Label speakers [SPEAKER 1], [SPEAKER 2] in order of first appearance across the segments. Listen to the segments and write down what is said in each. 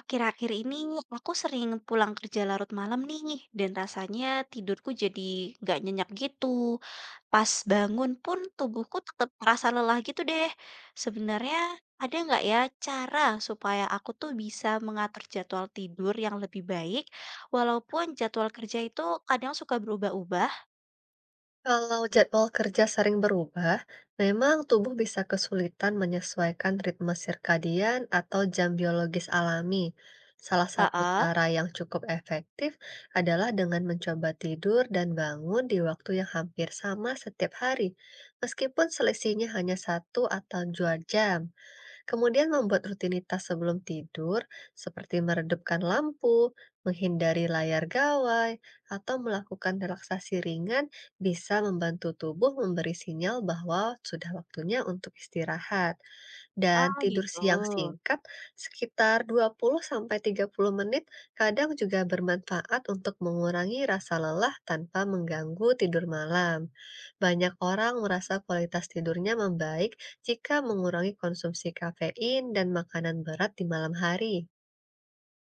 [SPEAKER 1] Akhir-akhir ini aku sering pulang kerja larut malam nih, dan rasanya tidurku jadi nggak nyenyak gitu. Pas bangun pun tubuhku tetap merasa lelah gitu deh. Sebenarnya ada nggak ya cara supaya aku tuh bisa mengatur jadwal tidur yang lebih baik, walaupun jadwal kerja itu kadang suka berubah-ubah?
[SPEAKER 2] Kalau jadwal kerja sering berubah, memang tubuh bisa kesulitan menyesuaikan ritme sirkadian atau jam biologis alami. Salah satu
[SPEAKER 1] Heeh.
[SPEAKER 2] cara yang cukup efektif adalah dengan mencoba tidur dan bangun di waktu yang hampir sama setiap hari, meskipun selisihnya hanya satu atau dua jam. Kemudian membuat rutinitas sebelum tidur, seperti meredupkan lampu, menghindari layar gawai, atau melakukan relaksasi ringan, bisa membantu tubuh memberi sinyal bahwa sudah waktunya untuk istirahat dan
[SPEAKER 1] Ah,
[SPEAKER 2] tidur
[SPEAKER 1] gitu.
[SPEAKER 2] siang singkat sekitar 20-30 menit kadang juga bermanfaat untuk mengurangi rasa lelah tanpa mengganggu tidur malam. Banyak orang merasa kualitas tidurnya membaik jika mengurangi konsumsi kafein dan makanan berat di malam hari.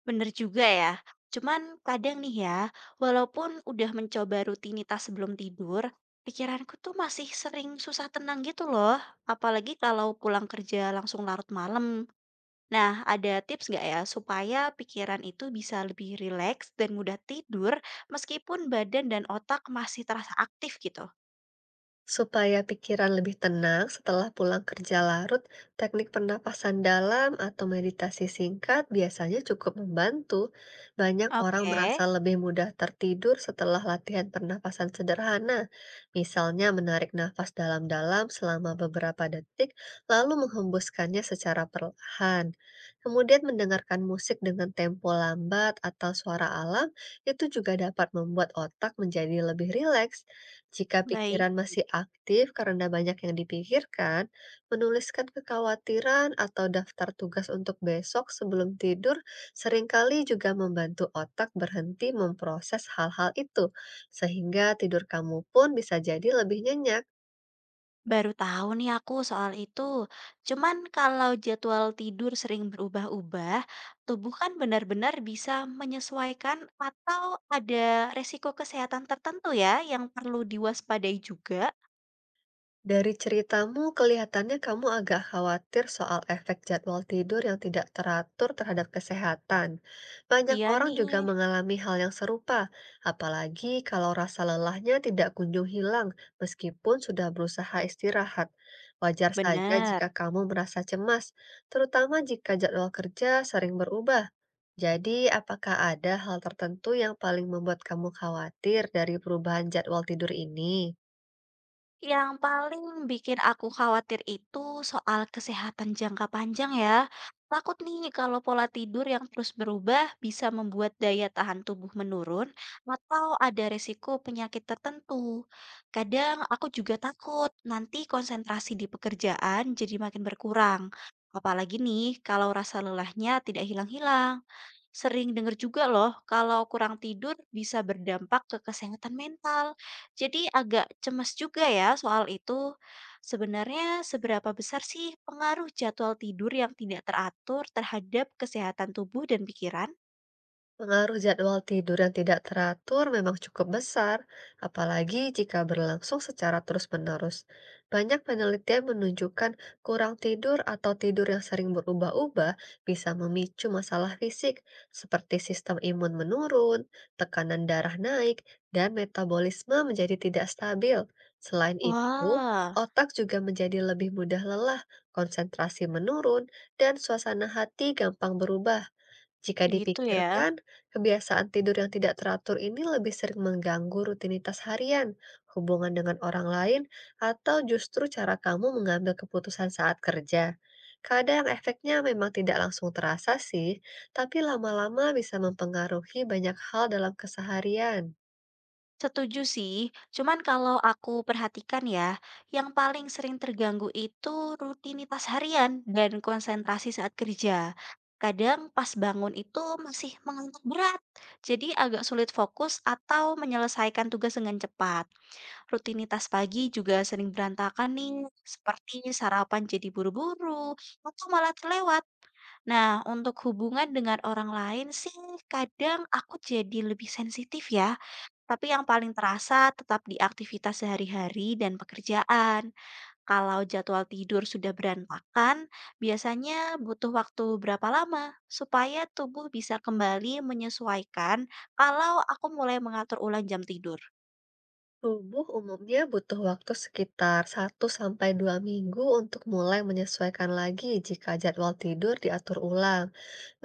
[SPEAKER 1] Bener juga ya. Cuman kadang nih ya, walaupun udah mencoba rutinitas sebelum tidur, pikiranku tuh masih sering susah tenang gitu loh. Apalagi kalau pulang kerja langsung larut malam. Nah, ada tips nggak ya supaya pikiran itu bisa lebih rileks dan mudah tidur meskipun badan dan otak masih terasa aktif gitu?
[SPEAKER 2] Supaya pikiran lebih tenang setelah pulang kerja larut, teknik pernapasan dalam atau meditasi singkat biasanya cukup membantu. Banyak orang
[SPEAKER 1] Oke,
[SPEAKER 2] merasa lebih mudah tertidur setelah latihan pernapasan sederhana. Misalnya menarik nafas dalam-dalam selama beberapa detik, lalu menghembuskannya secara perlahan. Kemudian mendengarkan musik dengan tempo lambat atau suara alam, itu juga dapat membuat otak menjadi lebih rileks. Jika
[SPEAKER 1] baik.
[SPEAKER 2] pikiran masih aktif karena banyak yang dipikirkan, menuliskan kekhawatiran atau daftar tugas untuk besok sebelum tidur seringkali juga membantu otak berhenti memproses hal-hal itu, sehingga tidur kamu pun bisa jadi lebih nyenyak.
[SPEAKER 1] Baru tahu nih aku soal itu. Cuman kalau jadwal tidur sering berubah-ubah, tubuh kan benar-benar bisa menyesuaikan atau ada resiko kesehatan tertentu ya yang perlu diwaspadai juga?
[SPEAKER 2] Dari ceritamu, kelihatannya kamu agak khawatir soal efek jadwal tidur yang tidak teratur terhadap kesehatan. Banyak
[SPEAKER 1] Iya
[SPEAKER 2] orang juga
[SPEAKER 1] nih,
[SPEAKER 2] mengalami hal yang serupa, apalagi kalau rasa lelahnya tidak kunjung hilang meskipun sudah berusaha istirahat. Wajar saja jika
[SPEAKER 1] benar.
[SPEAKER 2] kamu merasa cemas, terutama jika jadwal kerja sering berubah. Jadi, apakah ada hal tertentu yang paling membuat kamu khawatir dari perubahan jadwal tidur ini?
[SPEAKER 1] Yang paling bikin aku khawatir itu soal kesehatan jangka panjang ya. Takut nih kalau pola tidur yang terus berubah bisa membuat daya tahan tubuh menurun atau ada resiko penyakit tertentu. Kadang aku juga takut nanti konsentrasi di pekerjaan jadi makin berkurang. Apalagi nih kalau rasa lelahnya tidak hilang-hilang. Sering dengar juga loh, kalau kurang tidur bisa berdampak ke kesehatan mental. Jadi agak cemas juga ya soal itu. Sebenarnya seberapa besar sih pengaruh jadwal tidur yang tidak teratur terhadap kesehatan tubuh dan pikiran?
[SPEAKER 2] Pengaruh jadwal tidur yang tidak teratur memang cukup besar, apalagi jika berlangsung secara terus-menerus. Banyak penelitian menunjukkan kurang tidur atau tidur yang sering berubah-ubah bisa memicu masalah fisik seperti sistem imun menurun, tekanan darah naik, dan metabolisme menjadi tidak stabil. Selain itu,
[SPEAKER 1] Wah,
[SPEAKER 2] otak juga menjadi lebih mudah lelah, konsentrasi menurun, dan suasana hati gampang berubah. Jika
[SPEAKER 1] gitu ya.
[SPEAKER 2] dipikirkan, kebiasaan tidur yang tidak teratur ini lebih sering mengganggu rutinitas harian, hubungan dengan orang lain, atau justru cara kamu mengambil keputusan saat kerja. Kadang efeknya memang tidak langsung terasa sih, tapi lama-lama bisa mempengaruhi banyak hal dalam keseharian.
[SPEAKER 1] Setuju sih, cuman kalau aku perhatikan ya, yang paling sering terganggu itu rutinitas harian dan konsentrasi saat kerja. Kadang pas bangun itu masih mengantuk berat, jadi agak sulit fokus atau menyelesaikan tugas dengan cepat. Rutinitas pagi juga sering berantakan nih, seperti sarapan jadi buru-buru atau malah terlewat. Nah, untuk hubungan dengan orang lain sih, kadang aku jadi lebih sensitif ya tapi yang paling terasa tetap di aktivitas sehari-hari dan pekerjaan. Kalau jadwal tidur sudah berantakan, biasanya butuh waktu berapa lama supaya tubuh bisa kembali menyesuaikan kalau aku mulai mengatur ulang jam tidur?
[SPEAKER 2] Tubuh umumnya butuh waktu sekitar satu sampai dua minggu untuk mulai menyesuaikan lagi jika jadwal tidur diatur ulang.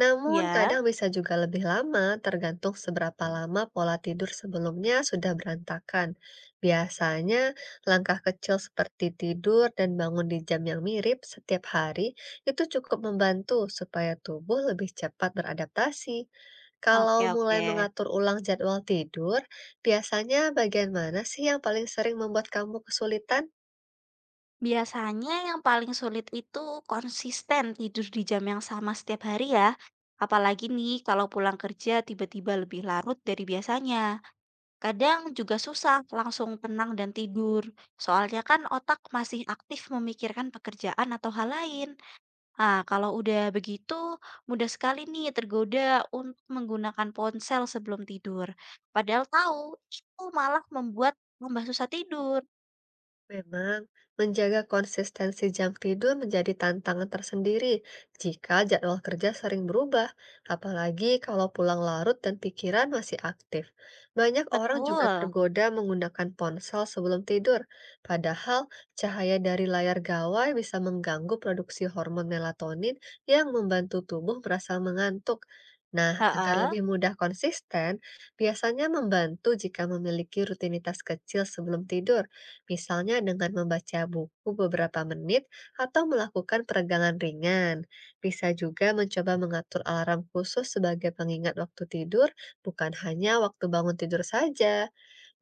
[SPEAKER 2] Namun,
[SPEAKER 1] Ya,
[SPEAKER 2] kadang bisa juga lebih lama tergantung seberapa lama pola tidur sebelumnya sudah berantakan. Biasanya, langkah kecil seperti tidur dan bangun di jam yang mirip setiap hari itu cukup membantu supaya tubuh lebih cepat beradaptasi. Kalau
[SPEAKER 1] oke
[SPEAKER 2] mulai
[SPEAKER 1] oke.
[SPEAKER 2] mengatur ulang jadwal tidur, biasanya bagian mana sih yang paling sering membuat kamu kesulitan?
[SPEAKER 1] Biasanya yang paling sulit itu konsisten tidur di jam yang sama setiap hari ya. Apalagi nih kalau pulang kerja tiba-tiba lebih larut dari biasanya. Kadang juga susah langsung tenang dan tidur, soalnya kan otak masih aktif memikirkan pekerjaan atau hal lain. Nah, kalau udah begitu, mudah sekali nih tergoda untuk menggunakan ponsel sebelum tidur. Padahal tahu itu malah membuat tambah susah tidur.
[SPEAKER 2] Memang, menjaga konsistensi jam tidur menjadi tantangan tersendiri jika jadwal kerja sering berubah, apalagi kalau pulang larut dan pikiran masih aktif. Banyak orang juga
[SPEAKER 1] Betul.
[SPEAKER 2] tergoda menggunakan ponsel sebelum tidur, padahal cahaya dari layar gawai bisa mengganggu produksi hormon melatonin yang membantu tubuh merasa mengantuk. Nah, agar
[SPEAKER 1] Heeh,
[SPEAKER 2] lebih mudah konsisten, biasanya membantu jika memiliki rutinitas kecil sebelum tidur misalnya dengan membaca buku beberapa menit atau melakukan peregangan ringan. Bisa juga mencoba mengatur alarm khusus sebagai pengingat waktu tidur, bukan hanya waktu bangun tidur saja.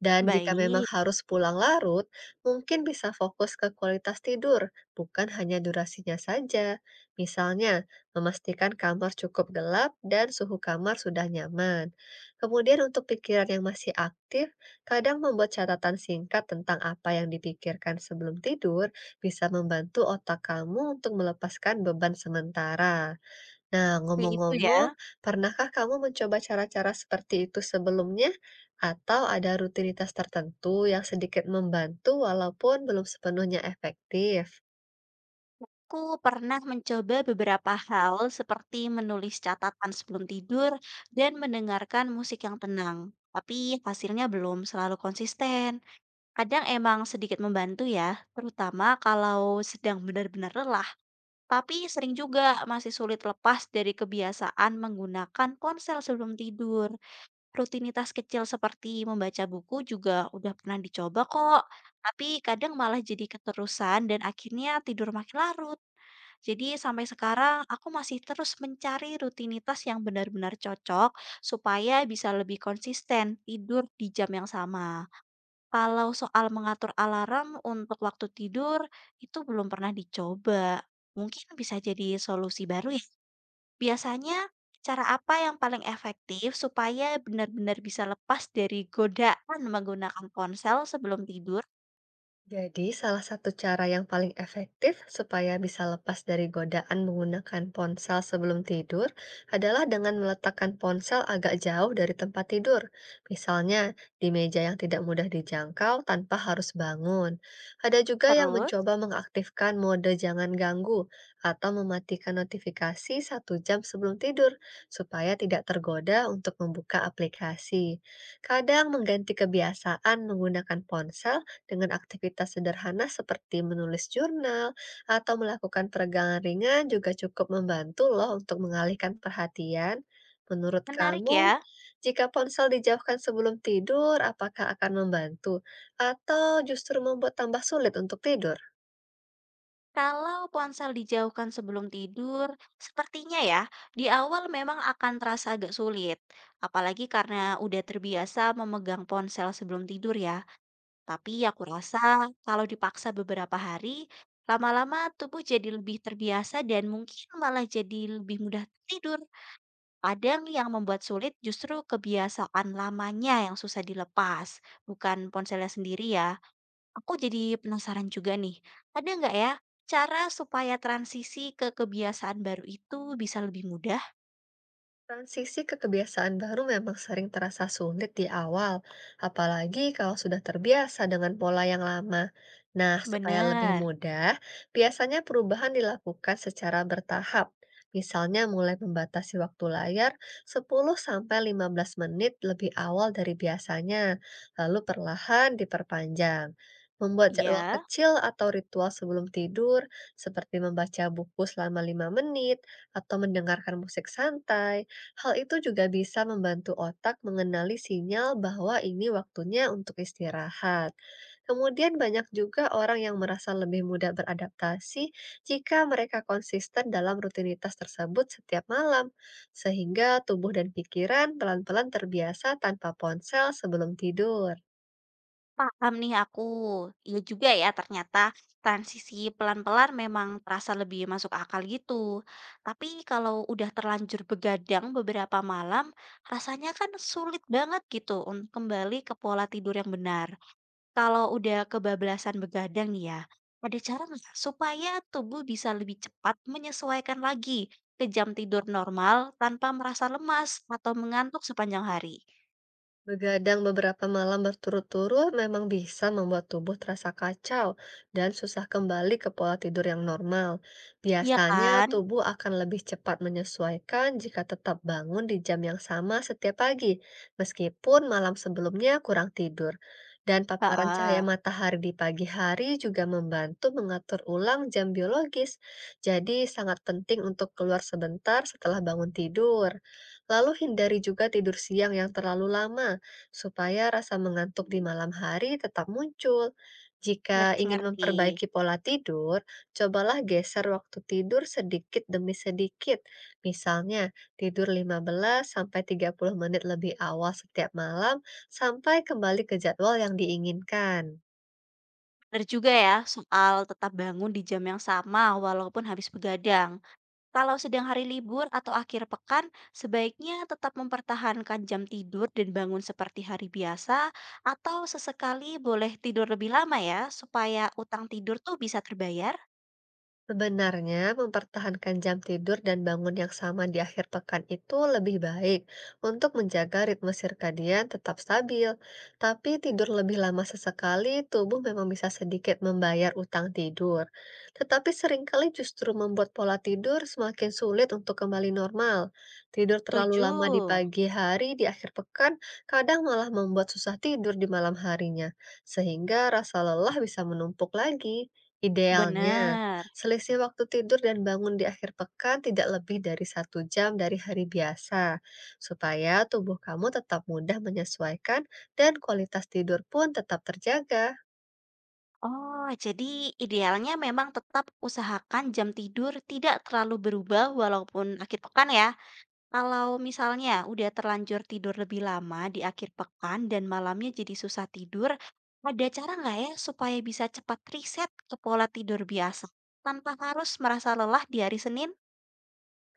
[SPEAKER 2] Dan jika memang
[SPEAKER 1] baik.
[SPEAKER 2] harus pulang larut, mungkin bisa fokus ke kualitas tidur, bukan hanya durasinya saja. Misalnya, memastikan kamar cukup gelap dan suhu kamar sudah nyaman. Kemudian untuk pikiran yang masih aktif, kadang membuat catatan singkat tentang apa yang dipikirkan sebelum tidur bisa membantu otak kamu untuk melepaskan beban sementara. Nah,
[SPEAKER 1] Itu
[SPEAKER 2] ngomong-ngomong,
[SPEAKER 1] ya.
[SPEAKER 2] pernahkah kamu mencoba cara-cara seperti itu sebelumnya? Atau ada rutinitas tertentu yang sedikit membantu walaupun belum sepenuhnya efektif?
[SPEAKER 1] Aku pernah mencoba beberapa hal seperti menulis catatan sebelum tidur dan mendengarkan musik yang tenang, tapi hasilnya belum selalu konsisten. Kadang emang sedikit membantu ya, terutama kalau sedang benar-benar lelah. Tapi sering juga masih sulit lepas dari kebiasaan menggunakan ponsel sebelum tidur. Rutinitas kecil seperti membaca buku juga udah pernah dicoba kok, tapi kadang malah jadi keterusan dan akhirnya tidur makin larut. Jadi sampai sekarang aku masih terus mencari rutinitas yang benar-benar cocok supaya bisa lebih konsisten tidur di jam yang sama. Kalau soal mengatur alarm untuk waktu tidur itu belum pernah dicoba. Mungkin bisa jadi solusi baru ya. Biasanya cara apa yang paling efektif supaya benar-benar bisa lepas dari godaan menggunakan ponsel sebelum tidur?
[SPEAKER 2] Jadi, salah satu cara yang paling efektif supaya bisa lepas dari godaan menggunakan ponsel sebelum tidur adalah dengan meletakkan ponsel agak jauh dari tempat tidur, misalnya di meja yang tidak mudah dijangkau tanpa harus bangun. Ada juga yang
[SPEAKER 1] Terus,
[SPEAKER 2] mencoba mengaktifkan mode jangan ganggu atau mematikan notifikasi satu jam sebelum tidur supaya tidak tergoda untuk membuka aplikasi. Kadang mengganti kebiasaan menggunakan ponsel dengan aktivitas sederhana seperti menulis jurnal atau melakukan peregangan ringan juga cukup membantu loh untuk mengalihkan perhatian. Menurut
[SPEAKER 1] menarik
[SPEAKER 2] kamu,
[SPEAKER 1] ya,
[SPEAKER 2] jika ponsel dijauhkan sebelum tidur, apakah akan membantu atau justru membuat tambah sulit untuk tidur?
[SPEAKER 1] kalau ponsel dijauhkan sebelum tidur, sepertinya ya di awal memang akan terasa agak sulit, apalagi karena udah terbiasa memegang ponsel sebelum tidur ya. Tapi aku rasa kalau dipaksa beberapa hari, lama-lama tubuh jadi lebih terbiasa dan mungkin malah jadi lebih mudah tidur. Kadang yang membuat sulit justru kebiasaan lamanya yang susah dilepas, bukan ponselnya sendiri ya. Aku jadi penasaran juga nih, ada nggak ya cara supaya transisi ke kebiasaan baru itu bisa lebih mudah?
[SPEAKER 2] Transisi ke kebiasaan baru memang sering terasa sulit di awal, apalagi kalau sudah terbiasa dengan pola yang lama. Nah, supaya lebih
[SPEAKER 1] Bener.
[SPEAKER 2] mudah, biasanya perubahan dilakukan secara bertahap. Misalnya mulai membatasi waktu layar sepuluh sampai lima belas menit lebih awal dari biasanya, lalu perlahan diperpanjang. Membuat jadwal
[SPEAKER 1] Ya.
[SPEAKER 2] kecil atau ritual sebelum tidur, seperti membaca buku selama 5 menit atau mendengarkan musik santai, hal itu juga bisa membantu otak mengenali sinyal bahwa ini waktunya untuk istirahat. Kemudian banyak juga orang yang merasa lebih mudah beradaptasi jika mereka konsisten dalam rutinitas tersebut setiap malam, sehingga tubuh dan pikiran pelan-pelan terbiasa tanpa ponsel sebelum tidur.
[SPEAKER 1] Paham nih aku. Iya juga ya ternyata transisi pelan-pelan memang terasa lebih masuk akal gitu. Tapi kalau udah terlanjur begadang beberapa malam, rasanya kan sulit banget gitu untuk kembali ke pola tidur yang benar. Kalau udah kebablasan begadang nih ya, ada cara nggak supaya tubuh bisa lebih cepat menyesuaikan lagi ke jam tidur normal tanpa merasa lemas atau mengantuk sepanjang hari?
[SPEAKER 2] Begadang beberapa malam berturut-turut memang bisa membuat tubuh terasa kacau dan susah kembali ke pola tidur yang normal.
[SPEAKER 1] Iya
[SPEAKER 2] Biasanya
[SPEAKER 1] kan?
[SPEAKER 2] tubuh akan lebih cepat menyesuaikan jika tetap bangun di jam yang sama setiap pagi, meskipun malam sebelumnya kurang tidur. Dan paparan cahaya
[SPEAKER 1] Heeh,
[SPEAKER 2] matahari di pagi hari juga membantu mengatur ulang jam biologis. Jadi sangat penting untuk keluar sebentar setelah bangun tidur. Lalu hindari juga tidur siang yang terlalu lama supaya rasa mengantuk di malam hari tetap muncul. Jika ingin
[SPEAKER 1] ngerti-ngerti.
[SPEAKER 2] memperbaiki pola tidur, cobalah geser waktu tidur sedikit demi sedikit. Misalnya, tidur 15 sampai 30 menit lebih awal setiap malam sampai kembali ke jadwal yang diinginkan.
[SPEAKER 1] Benar juga ya, soal tetap bangun di jam yang sama walaupun habis begadang. Kalau sedang hari libur atau akhir pekan, sebaiknya tetap mempertahankan jam tidur dan bangun seperti hari biasa atau sesekali boleh tidur lebih lama ya, supaya utang tidur tuh bisa terbayar.
[SPEAKER 2] Sebenarnya, mempertahankan jam tidur dan bangun yang sama di akhir pekan itu lebih baik untuk menjaga ritme sirkadian tetap stabil. Tapi tidur lebih lama sesekali, tubuh memang bisa sedikit membayar utang tidur. Tetapi seringkali justru membuat pola tidur semakin sulit untuk kembali normal. Tidur terlalu lama di
[SPEAKER 1] Tujuh.
[SPEAKER 2] pagi hari di akhir pekan kadang malah membuat susah tidur di malam harinya, sehingga rasa lelah bisa menumpuk lagi. Idealnya,
[SPEAKER 1] Benar.
[SPEAKER 2] selisih waktu tidur dan bangun di akhir pekan tidak lebih dari satu jam dari hari biasa, supaya tubuh kamu tetap mudah menyesuaikan dan kualitas tidur pun tetap terjaga.
[SPEAKER 1] Oh, jadi idealnya memang tetap usahakan jam tidur tidak terlalu berubah walaupun akhir pekan ya. Kalau misalnya udah terlanjur tidur lebih lama di akhir pekan dan malamnya jadi susah tidur, ada cara nggak ya supaya bisa cepat reset ke pola tidur biasa tanpa harus merasa lelah di hari Senin?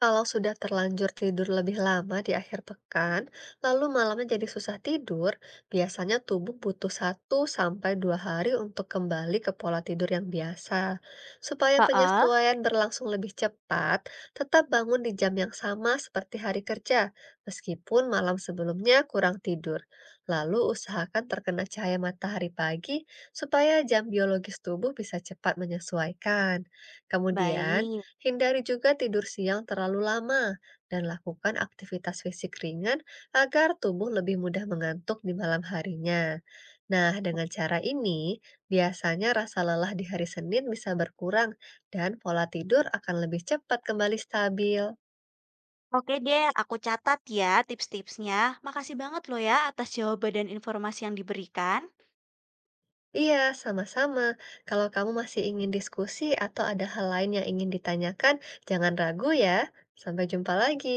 [SPEAKER 2] Kalau sudah terlanjur tidur lebih lama di akhir pekan, lalu malamnya jadi susah tidur, biasanya tubuh butuh satu sampai 2 hari untuk kembali ke pola tidur yang biasa. Supaya
[SPEAKER 1] Heeh.
[SPEAKER 2] penyesuaian berlangsung lebih cepat, tetap bangun di jam yang sama seperti hari kerja, meskipun malam sebelumnya kurang tidur. Lalu usahakan terkena cahaya matahari pagi supaya jam biologis tubuh bisa cepat menyesuaikan. Kemudian,
[SPEAKER 1] Baik.
[SPEAKER 2] hindari juga tidur siang terlalu lama dan lakukan aktivitas fisik ringan agar tubuh lebih mudah mengantuk di malam harinya. Nah, dengan cara ini, biasanya rasa lelah di hari Senin bisa berkurang dan pola tidur akan lebih cepat kembali stabil.
[SPEAKER 1] Oke deh, aku catat ya tips-tipsnya. Makasih banget loh ya atas jawaban dan informasi yang diberikan.
[SPEAKER 2] Iya, sama-sama. Kalau kamu masih ingin diskusi atau ada hal lain yang ingin ditanyakan, jangan ragu ya. Sampai jumpa lagi.